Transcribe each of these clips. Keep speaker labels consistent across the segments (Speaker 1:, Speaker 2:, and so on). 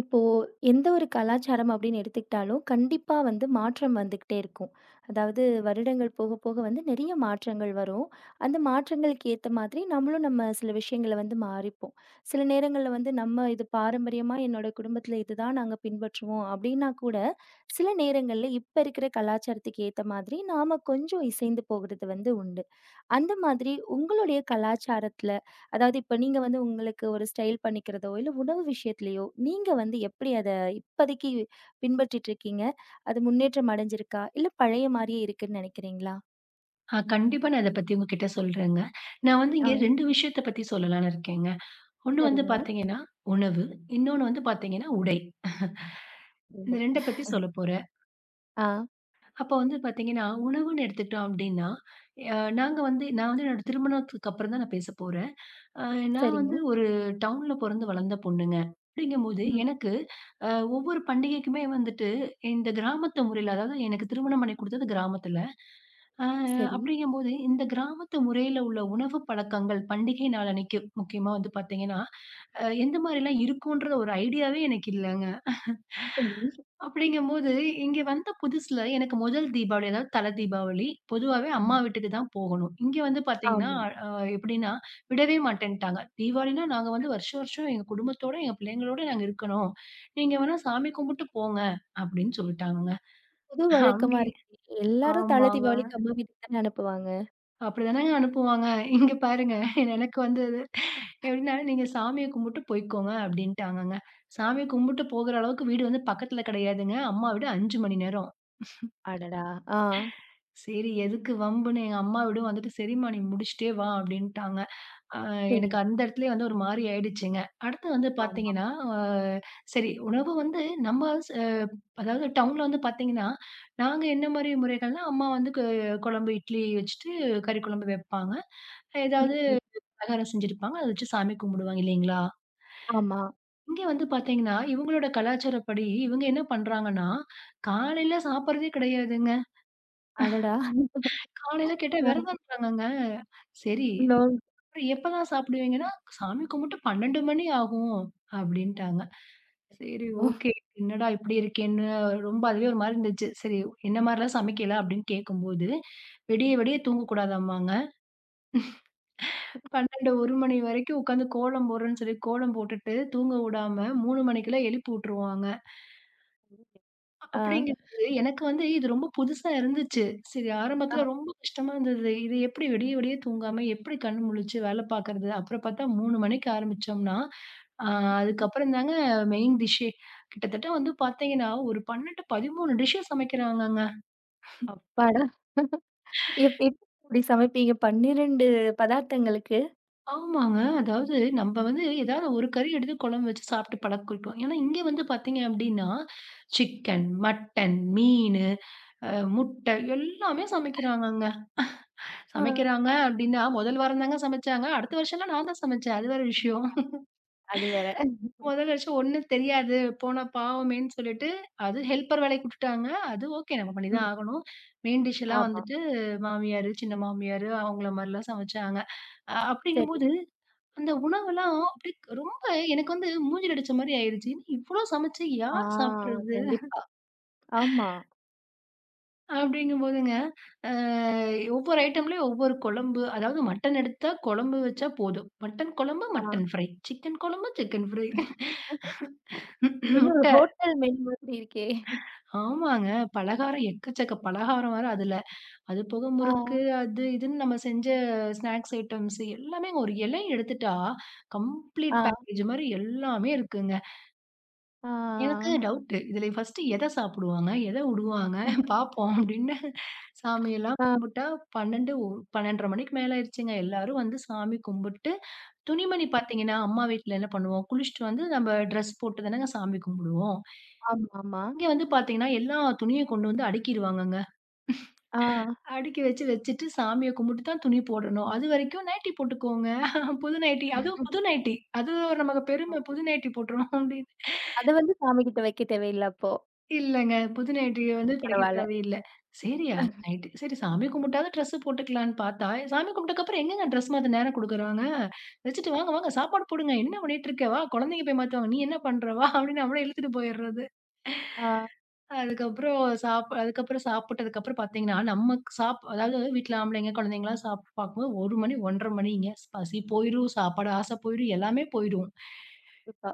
Speaker 1: இப்போ எந்த ஒரு கலாச்சாரம் அப்படின்னு எடுத்துக்கிட்டாலும் கண்டிப்பா வந்து மாற்றம் வந்துகிட்டே இருக்கும். அதாவது வருடங்கள் போக போக வந்து நிறைய மாற்றங்கள் வரும். அந்த மாற்றங்களுக்கு ஏத்த மாதிரி நம்மளும் நம்ம சில விஷயங்கள வந்து மாறிப்போம். சில நேரங்கள்ல வந்து நம்ம இது பாரம்பரியமா என்னோட குடும்பத்துல இதுதான் நாங்க பின்பற்றுவோம் அப்படின்னா கூட, சில நேரங்கள்ல இப்ப இருக்கிற கலாச்சாரத்துக்கு ஏத்த மாதிரி நாம கொஞ்சம் இசைந்து போகுறது வந்து உண்டு. அந்த மாதிரி உங்களுடைய கலாச்சாரத்துல, அதாவது இப்ப நீங்க வந்து உங்களுக்கு ஒரு ஸ்டைல் பண்ணிக்கிறதோ, இல்ல உணவு விஷயத்திலயோ, நீங்க வந்து எப்படி அத இப்பதைக்கு பின்பற்றிட்டு இருக்கீங்க? அது முன்னேற்றம் அடைஞ்சிருக்கா? இல்ல பழைய மாரியே இருக்குன்னு நெனைக்கிறீங்களா?
Speaker 2: ஆ கண்டிப்பா நான் இத பத்தி உங்ககிட்ட சொல்றேங்க. நான் வந்து
Speaker 1: ஆ,
Speaker 2: இங்க 2 விஷயத்த பத்தி சொல்லலான்னு இருக்கேங்க. ஒண்ணு வந்து
Speaker 1: சரிங்க.
Speaker 2: பாத்தீங்கன்னா, உணவு. இன்னொன்னு வந்து பாத்தீங்கன்னா, உடை. இந்த 2
Speaker 1: ம்.
Speaker 2: பத்தி சொல்லப் போறேன்.
Speaker 1: ஆ,
Speaker 2: அப்போ வந்து பாத்தீங்கன்னா, உணவுன்னு எடுத்துக்கிட்டோம் அப்டின்னா, அ நாங்க வந்து நான் வந்து என்னோட திருமணத்துக்கு அப்புறம் தான் நான் பேசப் போறேன். அ நான்
Speaker 1: சரிங்க.
Speaker 2: வந்து ஒரு டவுன்ல பொறந்து வளர்ந்த பொண்ணுங்க. அப்படிங்கும்போது
Speaker 1: ம்.
Speaker 2: எனக்கு அ ஒவ்வொரு பண்டிகைக்குமே வந்துட்டு இந்த கிராமத்து முறையில அதாவது எனக்கு திருமணம் பண்ணி குடுத்தது கிராமத்துல. ஆ
Speaker 1: சரி,
Speaker 2: அப்படிங்கும்போது, இந்த கிராமத்து முறையில உள்ள உணவு பழக்கங்கள் பண்டிகை நாள் அன்னைக்கு முக்கியமா வந்து பார்த்தீங்கன்னா, எந்த மாரிலாம் இருக்குன்ற ஒரு ஐடியாவே எனக்கு இல்லங்க.
Speaker 1: சரி.
Speaker 2: அப்படிங்கும்போது, இங்க வந்த புதுசுல எனக்கு முதல் தீபாவளி அதாவது தல தீபாவளி பொதுவாவே அம்மா
Speaker 1: ஆமா,
Speaker 2: வீட்டுக்கு தான் போகணும். இங்க வந்து பார்த்தீங்கன்னா,
Speaker 1: ஆமா.
Speaker 2: அ எப்படின்னா விடவே மாட்டேன்ட்டாங்க. தீபாவளினா நாங்க வந்து
Speaker 1: அது
Speaker 2: வருஷம் வருஷம் எங்க குடும்பத்தோட, எங்க பிள்ளைங்களோட நாங்க இருக்கணும். நீங்க வேணா சாமி கும்பிட்டு போங்க அப்படின்னு சொல்லிட்டாங்கங்க.
Speaker 1: புது வழக்கமா
Speaker 2: அங்கே
Speaker 1: இருக்கு. எல்லாரும் தல
Speaker 2: ஆமாங்க.
Speaker 1: தீபாவளிக்கு அம்மா வீட்டுக்கு தானே அனுப்புவாங்க.
Speaker 2: அப்படிதானங்க அனுப்புவாங்க. இங்க பாருங்க எனக்கு வந்து அது எப்படின்னா, "நீங்க சாமிய கும்பிட்டு போய்க்கோங்க" அப்படின்ட்டாங்கங்க. சாமிய கும்பிட்டு போகுற அளவுக்கு வீடு வந்து பக்கத்துல கிடையாதுங்க. அம்மா வீடு 5 மணி நேரம்.
Speaker 1: அடடா! ஆ,
Speaker 2: சரி எதுக்கு வம்புன்னு எங்க அம்மா வீடும் வந்துட்டு, "சரிம்மா நீ முடிச்சுட்டே வா" அப்படின்ட்டாங்க. அ
Speaker 1: சரி.
Speaker 2: எனக்கு அந்த இடத்துலயே வந்து ஒரு மாரி ஆயிடுச்சுங்க. அடுத்து வந்து
Speaker 1: ஆமா.
Speaker 2: பார்த்தீங்கன்னா, அ சரி உணவு வந்து நம்ம ஸ் அ அதாவது டவுன்ல வந்து பார்த்தீங்கன்னா, நாங்க என்ன மாரி முறைகள்னா, அம்மா வந்து குழம்பு இட்லி வச்சுட்டு, கறி குழம்பு வைப்பாங்க.
Speaker 1: ம்,
Speaker 2: ஏதாவது
Speaker 1: ம்.
Speaker 2: பலகாரம் செஞ்சிருப்பாங்க. அத வச்சு சாமி கும்பிடுவாங்க இல்லைங்களா?
Speaker 1: ஆமா.
Speaker 2: இங்க வந்து பார்த்தீங்கன்னா, இவங்களோட கலாச்சாரப்படி இவங்க என்ன பண்றாங்கன்னா, காலையில சாப்பிடுறதே கிடையாதுங்க.
Speaker 1: அடடா!
Speaker 2: காலையில கேட்டா
Speaker 1: ஆ.
Speaker 2: விரதம் இருக்காங்கங்க. சரி
Speaker 1: நோ.
Speaker 2: அப்புறம் எப்பதான் சாப்பிடுவீங்கன்னா, சாமி கும்பிட்டு 12 மணி ஆகும் அப்படின்ட்டாங்க. சரி ஓகே. என்னடா இப்படி இருக்கேன்னு ரொம்ப அதுவே ஒரு மாரி இருந்துச்சு. சரி என்ன மாரிலாம் சமைக்கல அப்படின்னு கேட்கும்போது, விடிய விடிய தூங்கக்கூடாதாமாங்க. 12, 1 மணி வரைக்கும் உட்காந்து கோலம் போடுறேன்னு சொல்லி கோலம் போட்டுட்டு தூங்க வுடாம 3 மணிக்கெல்லாம் எழுப்பி வுட்டுருவாங்க.
Speaker 1: ஆ.
Speaker 2: அப்படிங்கும்போது எனக்கு வந்து இது ரொம்ப புதுசா இருந்துச்சு. சரி
Speaker 1: ஆ,
Speaker 2: ஆரம்பத்துல ரொம்ப கஷ்டமா இருந்தது. இது எப்படி விடிய விடிய தூங்காம எப்படி கண்ணு முழிச்சு வேலை பார்க்கறது? அப்புறம் பார்த்தா 3 மணிக்கு ஆரம்பிச்சோம்னா, அ அதுக்கப்புறம் தாங்க மெயின் டிஷ்ஷே. கிட்டத்தட்ட வந்து பார்த்தீங்கன்னா, ஒரு 12, 13 டிஷ்ஷு சமைக்கிறாங்கங்க.
Speaker 1: அப்பாடா! எப்படி இப்படி சமைப்பீங்க? 12 பதார்த்தங்களுக்கு?
Speaker 2: ஆமாங்க. அதாவது நம்ப வந்து ஏதாவது ஒரு கறி எடுத்து குழம்பு வச்சு சாப்பிட்டு பழக்கிட்டோம். ஏன்னா, இங்க வந்து பார்த்தீங்க அப்டின்னா, சிக்கன், மட்டன், மீனு, முட்டை எல்லாமே சமைக்கிறாங்கங்க.
Speaker 1: ஆ.
Speaker 2: சமைக்கிறாங்க அப்டின்னா, முதல் வாரம் தாங்க சமைச்சாங்க. அடுத்த வருஷம்லாம் நான் தான் சமைச்சேன். அது வேற விஷயம்.
Speaker 1: அது வேற.
Speaker 2: முதல் வருஷம் ஒண்ணும் தெரியாது. போனா பாவமேன்னு சொல்லிட்டு, அது ஹெல்ப்பர் வேலைக்கு விட்டுட்டாங்க. அது ஓகே நம்ம பண்ணி
Speaker 1: ம்.
Speaker 2: தான் ஆகணும். மெயின் டிஷ் எல்லாம்
Speaker 1: ஆமா.
Speaker 2: வந்துட்டு மாமியாரு, சின்ன மாமியாரு அவங்கள மாரிலாம் சமைச்சாங்க.
Speaker 1: சரி.
Speaker 2: அப்படிங்கும்போது அந்த உணவெல்லாம் அப்படியே ரொம்ப எனக்கு வந்து மூஞ்சில அடிச்ச மாரி ஆயிருச்சு. இவ்ளோ சமைச்சு
Speaker 1: ஆ
Speaker 2: யார் சாப்பிடுறது?
Speaker 1: கண்டிப்பா. ஆமா.
Speaker 2: அப்படிங்கும்போதுங்க, அ ஒவ்வொரு ஐட்டம்லயும் ஒவ்வொரு குழம்பு, அதாவது மட்டன் எடுத்தா குழம்பு வச்சா போதும். மட்டன் குழம்பு,
Speaker 1: ஆ.
Speaker 2: Mutton fry. சிக்கன் குழம்பு, சிக்கன் ஃப்ரை.
Speaker 1: என்ன ஒரு
Speaker 2: முட்டை.
Speaker 1: ஹோட்டல் மெனு மாதிரி இருக்கே!
Speaker 2: ஆமாங்க. பலகாரம் எக்கச்சக்க பலகாரம் வேற அதுல. அது போக
Speaker 1: ஆ,
Speaker 2: முறுக்கு, அது இதுன்னு நம்ம செஞ்ச ஸ்நாக்ஸ் ஐட்டம்ஸ் எல்லாமே ஒரு இலை எடுத்துட்டா கம்ப்ளீட்
Speaker 1: ஆ,
Speaker 2: பேக்கேஜ் மாரி எல்லாமே இருக்குங்க.
Speaker 1: ஆ.
Speaker 2: எனக்கு டவுட்டு. இதுல ஃபர்ஸ்ட்டு எத சாப்பிடுவாங்க? எத உடுவாங்க? பாப்போம் அப்படின்னு சாமியெல்லாம்
Speaker 1: ஆ.
Speaker 2: கும்பிட்டா 12 12:30 மணிக்கு மேல ஆயிருச்சுங்க. எல்லாரும் வந்து சாமி கும்பிட்டு, துணிமணி
Speaker 1: ம்.
Speaker 2: பார்த்தீங்கன்னா, அம்மா வீட்ல என்ன பண்ணுவோம்? குளிச்சுட்டு வந்து நம்ம ட்ரெஸ் போட்டு தானங்க சாமி கும்பிடுவோம்.
Speaker 1: ஆமா, ஆமா.
Speaker 2: இங்க வந்து பார்த்தீங்கன்னா, எல்லா துணியும் கொண்டு வந்து அடுக்கிருவாங்கங்க.
Speaker 1: ஆ.
Speaker 2: அடுக்கி வச்சு வச்சுட்டு சாமிய கும்பிட்டு தான் துணி போடணும். அதுவரைக்கும் நைட்டி போட்டுக்கோங்க. புது நைட்டி அதுவும் புது நைட்டி. அது ஒரு நமக்கு பெருமை. புது நைட்டி போட்டுறணும் அப்படின்னு.
Speaker 1: அத வந்து சாமிகிட்ட வைக்க தேவையில்ல அப்போ.
Speaker 2: இல்லங்க. புது நைட்டிய வந்து
Speaker 1: ம்.
Speaker 2: துடைக்க
Speaker 1: பரவால்ல.
Speaker 2: தேவையில்ல. சரி ம். அது நைட்டு சரி சாமி கும்பிட்டாவது ட்ரெஸ் போட்டுக்கலான்னு பார்த்தா, சாமி கும்பிட்டதுக்கப்புறம் எங்கங்க ட்ரெஸ் மாத்த நேரம் குடுக்குறாங்க? வச்சுட்டு வாங்க, வாங்க சாப்பாடு போடுங்க. என்ன பண்ணிட்டு இருக்க? வா குழந்தைங்க போய் மாத்துவாங்க. நீ என்ன பண்ற? வா அப்படின்னு நம்மள இழுத்துட்டு போயிடுறது.
Speaker 1: ஆ
Speaker 2: அதுக்கப்புறம் சாப்பிட்டதுக்கப்புறம் பார்த்தீங்கன்னா, நம்ம அதாவது வீட்ல ஆம்பளைங்க, குழந்தைங்கலாம் சாப்ட்டு பார்க்கும்போது 1 மணி 1:30 மணிங்க. பசி போயிரும், சாப்பாடு ஆசை போயிரும், எல்லாமே போயிரும்.
Speaker 1: கண்டிப்பா.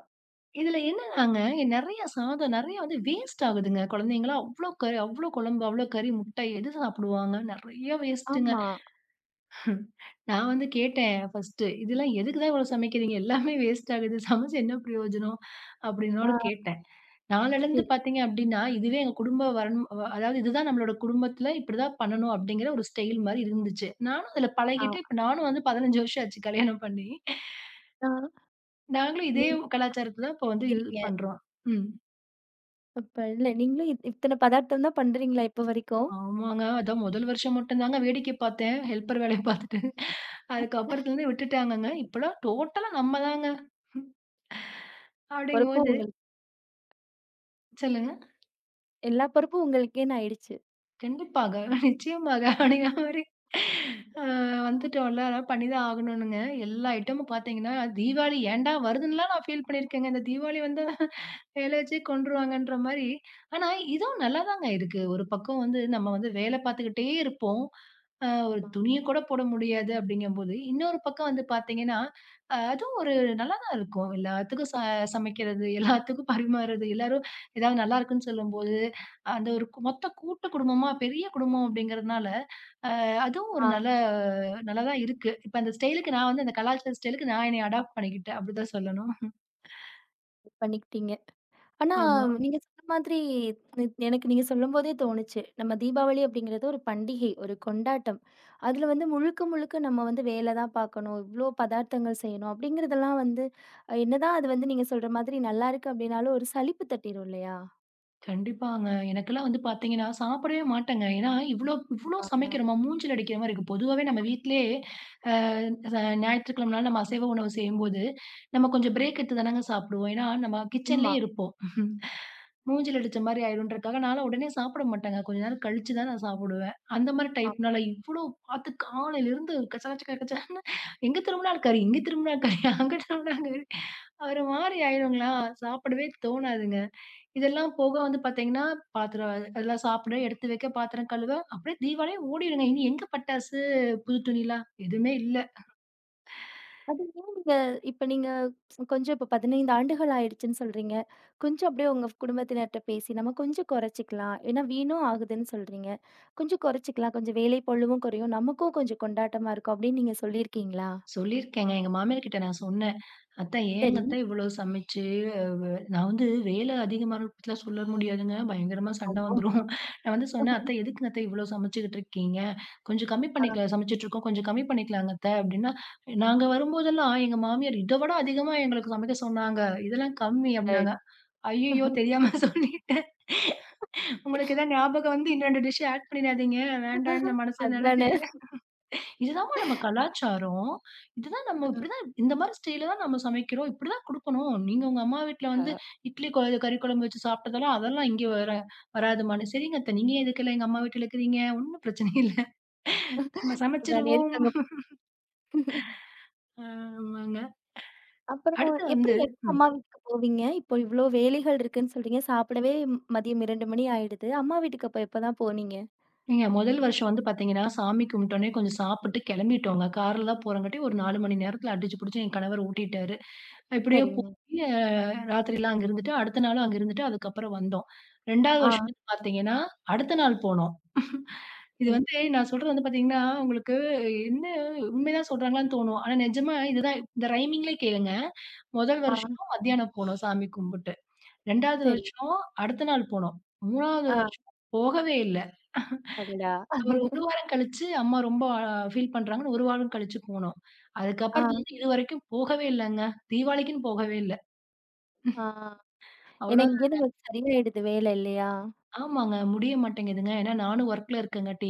Speaker 2: இதுல என்னன்னாங்க, நெறைய சாதம் நெறைய வந்து வேஸ்ட் ஆகுதுங்க. குழந்தைங்கலாம் அவ்ளோ அவ்ளோ குழம்பு, அவ்ளோ கறி, முட்டை எது சாப்பிடுவாங்க? நெறைய வேஸ்ட்டுங்க.
Speaker 1: ஆமா.
Speaker 2: நான் வந்து கேட்டேன் ஃபர்ஸ்ட்டு, "இதெல்லாம் எதுக்கு தான் இவ்வளோ சமைக்கிறீங்க? எல்லாமே வேஸ்ட் ஆகுது. சமைச்சு என்ன பிரயோஜனம்?" அப்படின்னோட
Speaker 1: ஆ
Speaker 2: கேட்டேன்.
Speaker 1: சரி.
Speaker 2: நாளடைந்து பார்த்தீங்க அப்படின்னா, இதுவே எங்க குடும்ப வரணும் வ அதாவது இதுதான் நம்மளோட குடும்பத்தில இப்படிதான் பண்ணணும் அப்படிங்கிற ஒரு ஸ்டைல் மாரி இருந்துச்சு. நானும் அதுல பழகிட்டு,
Speaker 1: ஆ
Speaker 2: இப்ப நானும் வந்து 15 வருஷம் ஆச்சு கல்யாணம் பண்ணி.
Speaker 1: ஆ
Speaker 2: நாங்களும் இதே
Speaker 1: நீங்க
Speaker 2: கலாச்சாரத்த தான் இப்ப வந்து யூஸ்
Speaker 1: சரிங்க.
Speaker 2: பண்றோம். ம்.
Speaker 1: இப்ப இல்ல நீங்களும் இத்தன பதார்த்தம் தான் பண்றீங்களா இப்போ வரைக்கும்?
Speaker 2: ஆமாங்க. அதான் முதல் வருஷம் மட்டும் தாங்க வேடிக்கை பார்த்தேன். ஹெல்ப்பர் வேலைய பார்த்துட்டு. அதுக்கப்புறத்துலருந்து விட்டுட்டாங்கங்க. இப்பலாம் டோட்டலா நம்ம தாங்க.
Speaker 1: பொறுப்பு
Speaker 2: அப்படிங்கும்போது
Speaker 1: உங்கள
Speaker 2: சொல்லுங்க.
Speaker 1: எல்லா பொறுப்பும் உங்களுக்கேன்னு ஆயிடுச்சு.
Speaker 2: கண்டிப்பாக, நிச்சயமாக அப்படிங்கிற மாரி அ வந்துட்டோம்ல. அதெல்லாம் பண்ணி தான் ஆகணும்னுங்க. எல்லா ஐட்டமும் பார்த்தீங்கன்னா, தீபாவளி ஏன்டா வருதுன்னுலாம் நான் ஃபீல் பண்ணியிருக்கேங்க. இந்த தீபாவளி வந்தா வேலை வச்சே கொன்றுவாங்கன்ற மாரி. ஆனா, இதுவும் நல்லா தாங்க இருக்கு. ஒரு பக்கம் வந்து நம்ம வந்து வேலை பார்த்துக்கிட்டே இருப்போம். ஒரு
Speaker 1: ஆமா.
Speaker 2: துணிய கூட போட முடியாது அப்படிங்கும்போது, இன்னொரு பக்கம் வந்து பார்த்தீங்கன்னா, அதுவும் ஒரு நல்லா தான் இருக்கும். எல்லாத்துக்கும் சமைக்கிறது, எல்லாத்துக்கும் பரிமாறுறது, எல்லாரும் ஏதாவது நல்லா இருக்குன்னு சொல்லும்போது, அந்த ஒரு மொத்த கூட்டு குடும்பமா, பெரிய குடும்பம் அப்படிங்கிறதுனால, அ அதுவும்
Speaker 1: ஆ.
Speaker 2: ஒரு நல்லா தான் இருக்கு. இப்ப அந்த ஸ்டைலுக்கு நான் வந்து அந்த கலாச்சார ஸ்டைலுக்கு நான் என்னைய அடாப்ட் பண்ணிக்கிட்டேன். அப்படிதான் சொல்லணும்.
Speaker 1: பண்ணிக்கிட்டீங்க. ஆனா
Speaker 2: ஆமா.
Speaker 1: நீங்க சொன்ன மாதிரி எனக்கு நீங்க சொல்லும்போதே தோணுச்சு. நம்ம தீபாவளி அப்படிங்கிறது ஒரு பண்டிகை, ஒரு கொண்டாட்டம். அதுல வந்து முழுக்க முழுக்க நம்ம வந்து வேல தான் பார்க்கணும். இவ்ளோ பதார்த்தங்கள் செய்யணும் அப்படிங்கிறதெல்லாம் வந்து என்னதான் அது வந்து நீங்க சொல்ற மாதிரி நல்லாருக்கு அப்படின்னாலும் ஒரு சலிப்பு தட்டிரும் இல்லையா?
Speaker 2: கண்டிப்பாங்க. எனக்கெல்லாம் வந்து பார்த்தீங்கன்னா, சாப்பிடவே மாட்டேங்க. ஏன்னா, இவ்ளோ இவ்ளோ
Speaker 1: ஆமா.
Speaker 2: சமைக்கிறோமா? மூஞ்சில அடிக்கிற மாரி இருக்கும். பொதுவாவே நம்ம வீட்லயே அ ச ஞாயிற்றுக்கிழமை நாள் நம்ம அசைவ உணவு செய்யும்போது, நம்ம கொஞ்சம் பிரேக் எடுத்து தானங்க சாப்பிடுவோம். ஏன்னா, நம்ம
Speaker 1: ஆமா.
Speaker 2: கிச்சன்லயே இருப்போம். மூஞ்சில அடிச்ச மாரி ஆயிருன்றக்காக, நான்லாம் உடனே சாப்பிட மாட்டேங்க. கொஞ்ச நேரம் கழிச்சு தான் நான் சாப்பிடுவேன். அந்த மாரி டைப்னால இவ்ளோ பார்த்து காலையிலருந்து கச்ச கச்ச கச்ச கச்சன்னு எங்க திரும்புனாலும் கறி, இங்க திரும்புனா கறி, அங்க திரும்புனா கறி. ஒரு மாரி ஆயிருங்களா? சாப்பிடவே தோணாதுங்க. இதெல்லாம் போக வந்து பார்த்தீங்கன்னா, பாத்திரம் அதெல்லாம் சாப்பிட, எடுத்து வைக்க, பாத்திரம் கழுவ, அப்படியே தீபாவளியே ஓடிடுங்க. இனி எங்க பட்டாசு, புது துணிலாம் எதுவுமே இல்ல.
Speaker 1: அது ஏன் நீங்க இப்ப நீங்க கொஞ்சம் இப்ப 15 ஆண்டுகள் ஆயிடுச்சுன்னு சொல்றீங்க. கொஞ்சம் அப்படியே உங்க குடும்பத்தினர்ட்ட பேசி, நம்ம கொஞ்சம் குறைச்சுக்கலாம். ஏன்னா வீணும் ஆகுதுன்னு சொல்றீங்க. கொஞ்சம் குறைச்சுக்கலாம். கொஞ்சம் வேலை பளுவும் குறையும். நமக்கும் கொஞ்சம் கொண்டாட்டமா இருக்கும் அப்படின்னு நீங்க சொல்லியிருக்கீங்களா?
Speaker 2: சொல்லியிருக்கேங்க. எங்க மாமியார் கிட்ட நான் சொன்னேன். "அத்த ஏங்க
Speaker 1: சரி.
Speaker 2: அத்த இவ்வளோ சமைச்சு" நான் வந்து வேலை அதிகமா பத்திலாம் சொல்ல முடியாதுங்க. பயங்கரமா சண்டை
Speaker 1: ஆமா.
Speaker 2: வந்துரும். நான் வந்து சொன்னேன், "அத்த எதுக்குங்க அத்த இவ்வளோ சமைச்சுக்கிட்டு இருக்கீங்க? கொஞ்சம் கம்மி
Speaker 1: ஆ.
Speaker 2: பண்ணிக்கலாம் சமைச்சுட்ருக்கோம். கொஞ்சம் கம்மி பண்ணிக்கலாங்க அத்த" அப்படின்னா, நாங்க வரும்போதெல்லாம் எங்க மாமியார் இத விட அதிகமா எங்களுக்கு சமைக்க சொன்னாங்க. இதெல்லாம் கம்மி
Speaker 1: அடடி!
Speaker 2: அப்படின்னாங்க. ஐயய்யோ! தெரியாம சொல்லிட்டேன். உங்களுக்கு ஏதாவது ஞாபகம் வந்து இன்னும் 2 டிஷ் ஆட் பண்ணிடாதீங்க. வேண்டான்னு நான் மனசுல
Speaker 1: அதானே.
Speaker 2: நெனச்சுட்டு. இதுதாம்மா நம்ம கலாச்சாரம். இதுதான் நம்ம இப்படிதான் இந்த மாரி ஸ்டைல்ல தான் நம்ம சமைக்கிறோம். இப்படிதான் குடுக்கணும். நீங்க உங்க அம்மா வீட்ல
Speaker 1: ஆ.
Speaker 2: வந்து இட்லி கறி குழம்பு வச்சு சாப்பிட்டதெல்லாம் அதெல்லாம் இங்க வர வராதும்மான்னு. சரிங்க அத்த. நீங்க ஏன் எதுக்கெல்லாம் எங்க அம்மா வீட்ல இருக்கிறீங்க? ஒண்ணும் பிரச்சனை இல்ல. நம்ம
Speaker 1: அதானே
Speaker 2: சமைச்சுருவோம்.
Speaker 1: இருக்காங்க.
Speaker 2: ஆமாங்க.
Speaker 1: அப்புறம்
Speaker 2: அடுத்து வந்து
Speaker 1: எப்படி எப்போ அம்மா வீட்டுக்கு போவீங்க? இப்போ இவ்ளோ வேலைகள் இருக்குன்னு சொல்றீங்க. சாப்பிடவே மதியம் 2 மணி ஆயிடுது. அம்மா வீட்டுக்கு அப்ப எப்பதான் போனீங்க?
Speaker 2: ஏங்க முதல் வருஷம் வந்து பார்த்தீங்கன்னா, சாமி கும்பிட்டோனே கொஞ்சம் சாப்பிட்டு கிளம்பிட்டோங்க. கார்ல தான் போறங்காட்டி ஒரு 4 மணி நேரத்தில அடிச்சு புடிச்சு என் கணவர் ஊட்டிட்டாரு. இப்படியே போய்
Speaker 1: சரிங்க.
Speaker 2: ராத்திரிலாம் அங்க இருந்துட்டு, அடுத்த நாளும் அங்க இருந்துட்டு அதுக்கப்புறம் வந்தோம். 2வது
Speaker 1: ஆ,
Speaker 2: வருஷம் வந்து பார்த்தீங்கன்னா, அடுத்த நாள் போனோம். இது
Speaker 1: ம்.
Speaker 2: வந்து நான் சொல்றது வந்து பார்த்தீங்கன்னா, உங்களுக்கு என்ன உண்மைதான் சொல்றாங்களான்னு தோணும். ஆனா நிஜமா இதுதான் இந்த ரைமிங்லே கேளுங்க. முதல்
Speaker 1: ஆ,
Speaker 2: வருஷம் மத்தியானம் போனோம் சாமி கும்பிட்டு. 2வது
Speaker 1: சரி.
Speaker 2: வருஷம் அடுத்த நாள் போனோம். 3வது
Speaker 1: ஆ,
Speaker 2: வருஷம் போகவே இல்ல.
Speaker 1: அடடா!
Speaker 2: ஒரு 1 வாரம் கழிச்சு அம்மா ரொம்ப ஃபீல் பண்றாங்கன்னு 1 வாரம் கழிச்சு போனோம்.
Speaker 1: ஆ,
Speaker 2: அதுக்கப்புறத்துலருந்து இதுவரைக்கும் போகவே இல்லங்க. தீபாவளிக்குன்னு போகவே இல்ல.
Speaker 1: ஆ. ஏன்னா
Speaker 2: அவ்வளோ
Speaker 1: இங்கேருந்து உங்களுக்கு சரியாயிடுது வேலை இல்லையா?
Speaker 2: ஆமாங்க. முடிய மாட்டேங்குதுங்க. ஏன்னா நானும் ஒர்க்ல இருக்கங்காட்டி,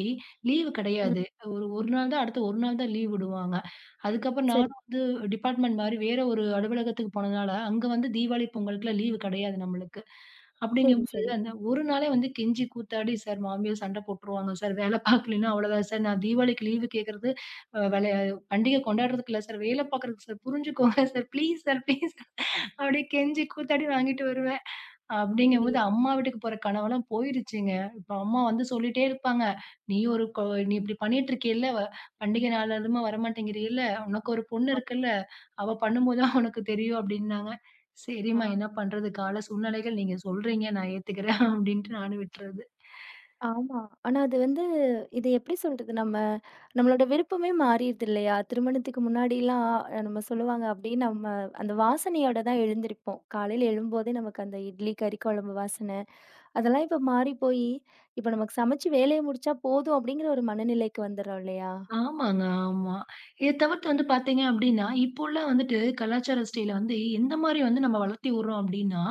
Speaker 2: லீவு
Speaker 1: ம்.
Speaker 2: கிடையாது. ஒரு 1 நாள் தான் அடுத்து 1 நாள் தான் லீவ் விடுவாங்க. அதுக்கப்புறம்
Speaker 1: சரி,
Speaker 2: நானும் வந்து டிபார்ட்மெண்ட் மாரி வேற ஒரு அலுவலகத்துக்கு போனதுனால, அங்க வந்து தீபாவளி, பொங்கலுக்குலாம் லீவு கிடையாது நம்மளுக்கு.
Speaker 1: சரி,
Speaker 2: அப்படிங்கும்போது,
Speaker 1: சரி.
Speaker 2: அந்த ஒரு நாளே வந்து கெஞ்சி கூத்தாடி, "சார் மாமியார் சண்டை போட்டுருவாங்க சார். வேலை பார்க்கலைன்னா அவ்வளோதான் சார். நான் தீபாவளிக்கு லீவு கேட்கறது அ வேலை பண்டிகை கொண்டாடுறதுக்கு இல்ல சார். வேலை பார்க்குறதுக்கு சார். புரிஞ்சுக்கோங்க சார். ப்ளீஸ் சார் ப்ளீஸ்" அப்படியே கெஞ்சி கூத்தாடி வாங்கிட்டு வருவேன்.
Speaker 1: சரி.
Speaker 2: அப்படிங்கும்போது அம்மா வீட்டுக்கு போற கனவெல்லாம் போயிருச்சுங்க. இப்ப அம்மா வந்து சொல்லிட்டே இருப்பாங்க. "நீ ஒரு கொ நீ இப்படி பண்ணிட்டு இருக்கியல்ல, பண்டிகை நாள் அதுவுமா வரமாட்டேங்கிறீல்ல, உனக்கு ஒரு பொண்ணு இருக்குல்ல, அவ பண்ணும்போது தான் உனக்கு தெரியும்" அப்படின்னாங்க.
Speaker 1: ஆ,
Speaker 2: சரிம்மா என்ன பண்றது? கால சூழ்நிலைகள். நீங்க சொல்றீங்க நான் ஏத்துக்கிறேன் அப்படின்ட்டு நானும் விட்டுறது.
Speaker 1: ஆமா. ஆனா அது வந்து இது எப்படி சொல்றது? நம்ம நம்மளோட விருப்பமே மாறிருது இல்லையா? திருமணத்துக்கு முன்னாடிலாம் நம்ம சொல்லுவாங்க அப்படியே நம்ம அந்த வாசனையோட தான் எழுந்திருப்போம். காலையில எழும்போதே நமக்கு அந்த இட்லி, கறி குழம்பு வாசனை, அதெல்லாம் இப்ப மாறி போய், இப்ப நமக்கு சமைச்சு வேலைய முடிச்சா போதும் அப்படிங்கிற ஒரு மனநிலைக்கு வந்துர்றோம் இல்லையா?
Speaker 2: ஆமாங்க, ஆமா. இத தவிர்த்து வந்து பார்த்தீங்க அப்டின்னா, இப்போ உள்ள வந்துட்டு கலாச்சார ஸ்டைல வந்து எந்த மாரி வந்து நம்ம வளர்த்தி விடுறோம் அப்டின்னா,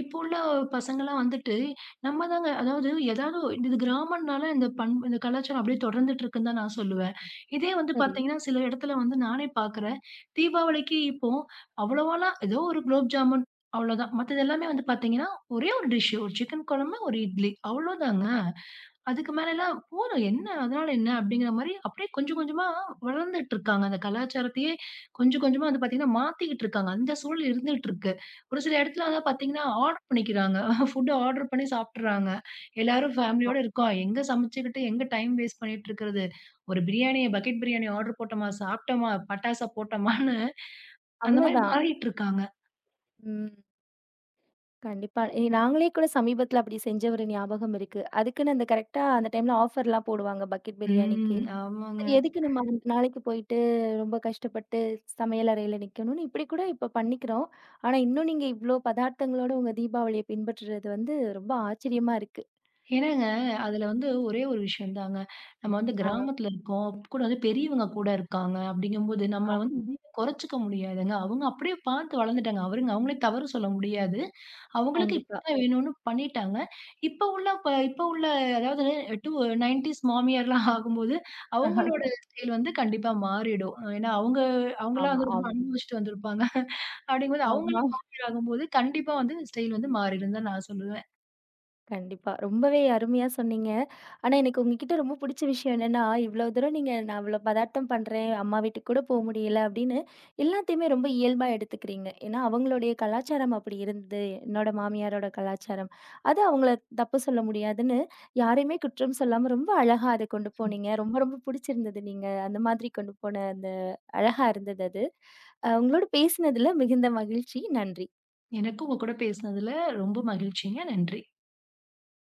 Speaker 2: இப்போ உள்ள பசங்கலாம் வந்துட்டு நம்ம தாங்க அதாவது ஏதாவது இது கிராமம்னால இந்த கலாச்சாரம் அப்டியே தொடர்ந்துட்டு இருக்குன்னு தான் நான் சொல்லுவேன். இதே வந்து
Speaker 1: சரி.
Speaker 2: பார்த்தீங்கன்னா, சில இடத்துல வந்து நானே பார்க்குறேன். தீபாவளிக்கு இப்போ அவ்வளவாலாம் ஏதோ ஒரு குலோப் ஜாமுன் அவ்வளோதான். மத்தது எல்லாமே வந்து பார்த்தீங்கன்னா, ஒரே ஒரு டிஷ் ஒரு சிக்கன் குழம்பு, ஒரு இட்லி அவ்வளோதாங்க. அதுக்கு மேலலாம் போதும் என்ன? அதனால என்ன? அப்படிங்கிற மாரி அப்படியே கொஞ்சம் கொஞ்சமா வளர்ந்துட்டு இருக்காங்க. அந்த கலாச்சாரத்தையே கொஞ்சம் கொஞ்சமா வந்து பார்த்தீங்கன்னா, மாத்திக்கிட்டு இருக்காங்க. அந்த சூழல் இருந்துட்டு இருக்கு. ஒரு சில இடத்துல வந்து பார்த்தீங்கன்னா, ஆர்டர் பண்ணிக்கிறாங்க. ஃபுட் ஆர்டர் பண்ணி சாப்ட்டுறாங்க. எல்லாரும்
Speaker 1: ஆமா.
Speaker 2: ஃபேமிலியோட இருக்கோம். எங்க சமைச்சுக்கிட்டு, எங்க டைம் வேஸ்ட் பண்ணிட்டு இருக்கிறது? ஒரு பிரியாணிய பக்கெட் பிரியாணி ஆர்டர் போட்டோமா, சாப்ட்டோமா, பட்டாசா போட்டோமான்னு அந்த மாரி
Speaker 1: அவ்வளதான்.
Speaker 2: மாறிட்டு இருக்காங்க.
Speaker 1: ம். கண்டிப்பா. நாங்களே கூட சமீபத்தில அப்படி செஞ்ச ஒரு ஞாபகம் இருக்கு. அதுக்குன்னு அந்த கரெக்ட்டா அந்த டைம்ல ஆஃபர்லாம் போடுவாங்க பக்கெட் பிரியாணிக்கு.
Speaker 2: ம். ஆமாங்க.
Speaker 1: சரி எதுக்கு நம்ம அந்த நாளைக்கு போயிட்டு ரொம்ப கஷ்டப்பட்டு சமையல் அறையில நிக்கணும்னு இப்படி கூட இப்ப பண்ணிக்கிறோம். ஆனா இன்னும் நீங்க இவ்ளோ பதார்த்தங்களோட உங்க தீபாவளிய பின்பற்றுறது வந்து ரொம்ப ஆச்சரியமா இருக்கு.
Speaker 2: ஏன்னாங்க, அதுல வந்து ஒரே ஒரு விஷயம் தாங்க. நம்ம வந்து
Speaker 1: ஆ
Speaker 2: கிராமத்துல இருக்கோம். கூட வந்து பெரியவங்க கூட இருக்காங்க. அப்படிங்கும்போது நம்ம வந்து
Speaker 1: ஆமா.
Speaker 2: எதையுமே குறைச்சுக்க முடியாதுங்க. அவங்க அப்படியே பார்த்து வளர்ந்துட்டாங்க. அவருங்க அவங்களே தவறு சொல்ல முடியாது. அவங்களுக்கு
Speaker 1: கண்டிப்பா.
Speaker 2: இப்படித்தான் வேணும்னு பண்ணிட்டாங்க. இப்ப உள்ள அதாவது டூ 90ஸ் மாமியார்லாம் ஆகும்போது,
Speaker 1: ஆமா,
Speaker 2: அவங்களோட ஸ்டைல் வந்து கண்டிப்பா மாறிடும். ஏன்னா அவங்கலாம்
Speaker 1: ஆமா,
Speaker 2: வந்து ரொம்ப அனுபவிச்சுட்டு வந்திருப்பாங்க. அப்படிங்கும்போது
Speaker 1: ஆமா.
Speaker 2: அவங்களும் மாமியார் ஆகும்போது, கண்டிப்பா வந்து ஸ்டைல் வந்து மாறிடும்னு தான் நான் சொல்லுவேன்.
Speaker 1: கண்டிப்பா. ரொம்பவே அருமையா சொன்னீங்க. ஆனா எனக்கு உங்ககிட்ட ரொம்ப புடிச்ச விஷயம் என்னன்னா, இவ்ளோ தூரம் நீங்க நான் இவ்ளோ பதார்த்தம் பண்றேன், அம்மா வீட்டுக்கு கூட போ முடியல அப்படின்னு எல்லாத்தையுமே ரொம்ப இயல்பா எடுத்துக்கிறீங்க. ஏன்னா அவங்களுடைய கலாச்சாரம் அப்படி இருந்தது. என்னோட மாமியாரோட கலாச்சாரம். அது அவங்கள தப்பு சொல்ல முடியாதுன்னு யாரையுமே குற்றம் சொல்லாம ரொம்ப அழகா அத கொண்டு போனீங்க. ரொம்ப ரொம்ப புடிச்சிருந்தது நீங்க அந்த மாதிரி கொண்டு போன அந்த அழகா இருந்தது அது. அ உங்களோட பேசினதுல மிகுந்த மகிழ்ச்சி. நன்றி.
Speaker 2: எனக்கும் உங்க கூட பேசினதுல ரொம்ப மகிழ்ச்சிங்க. நன்றி.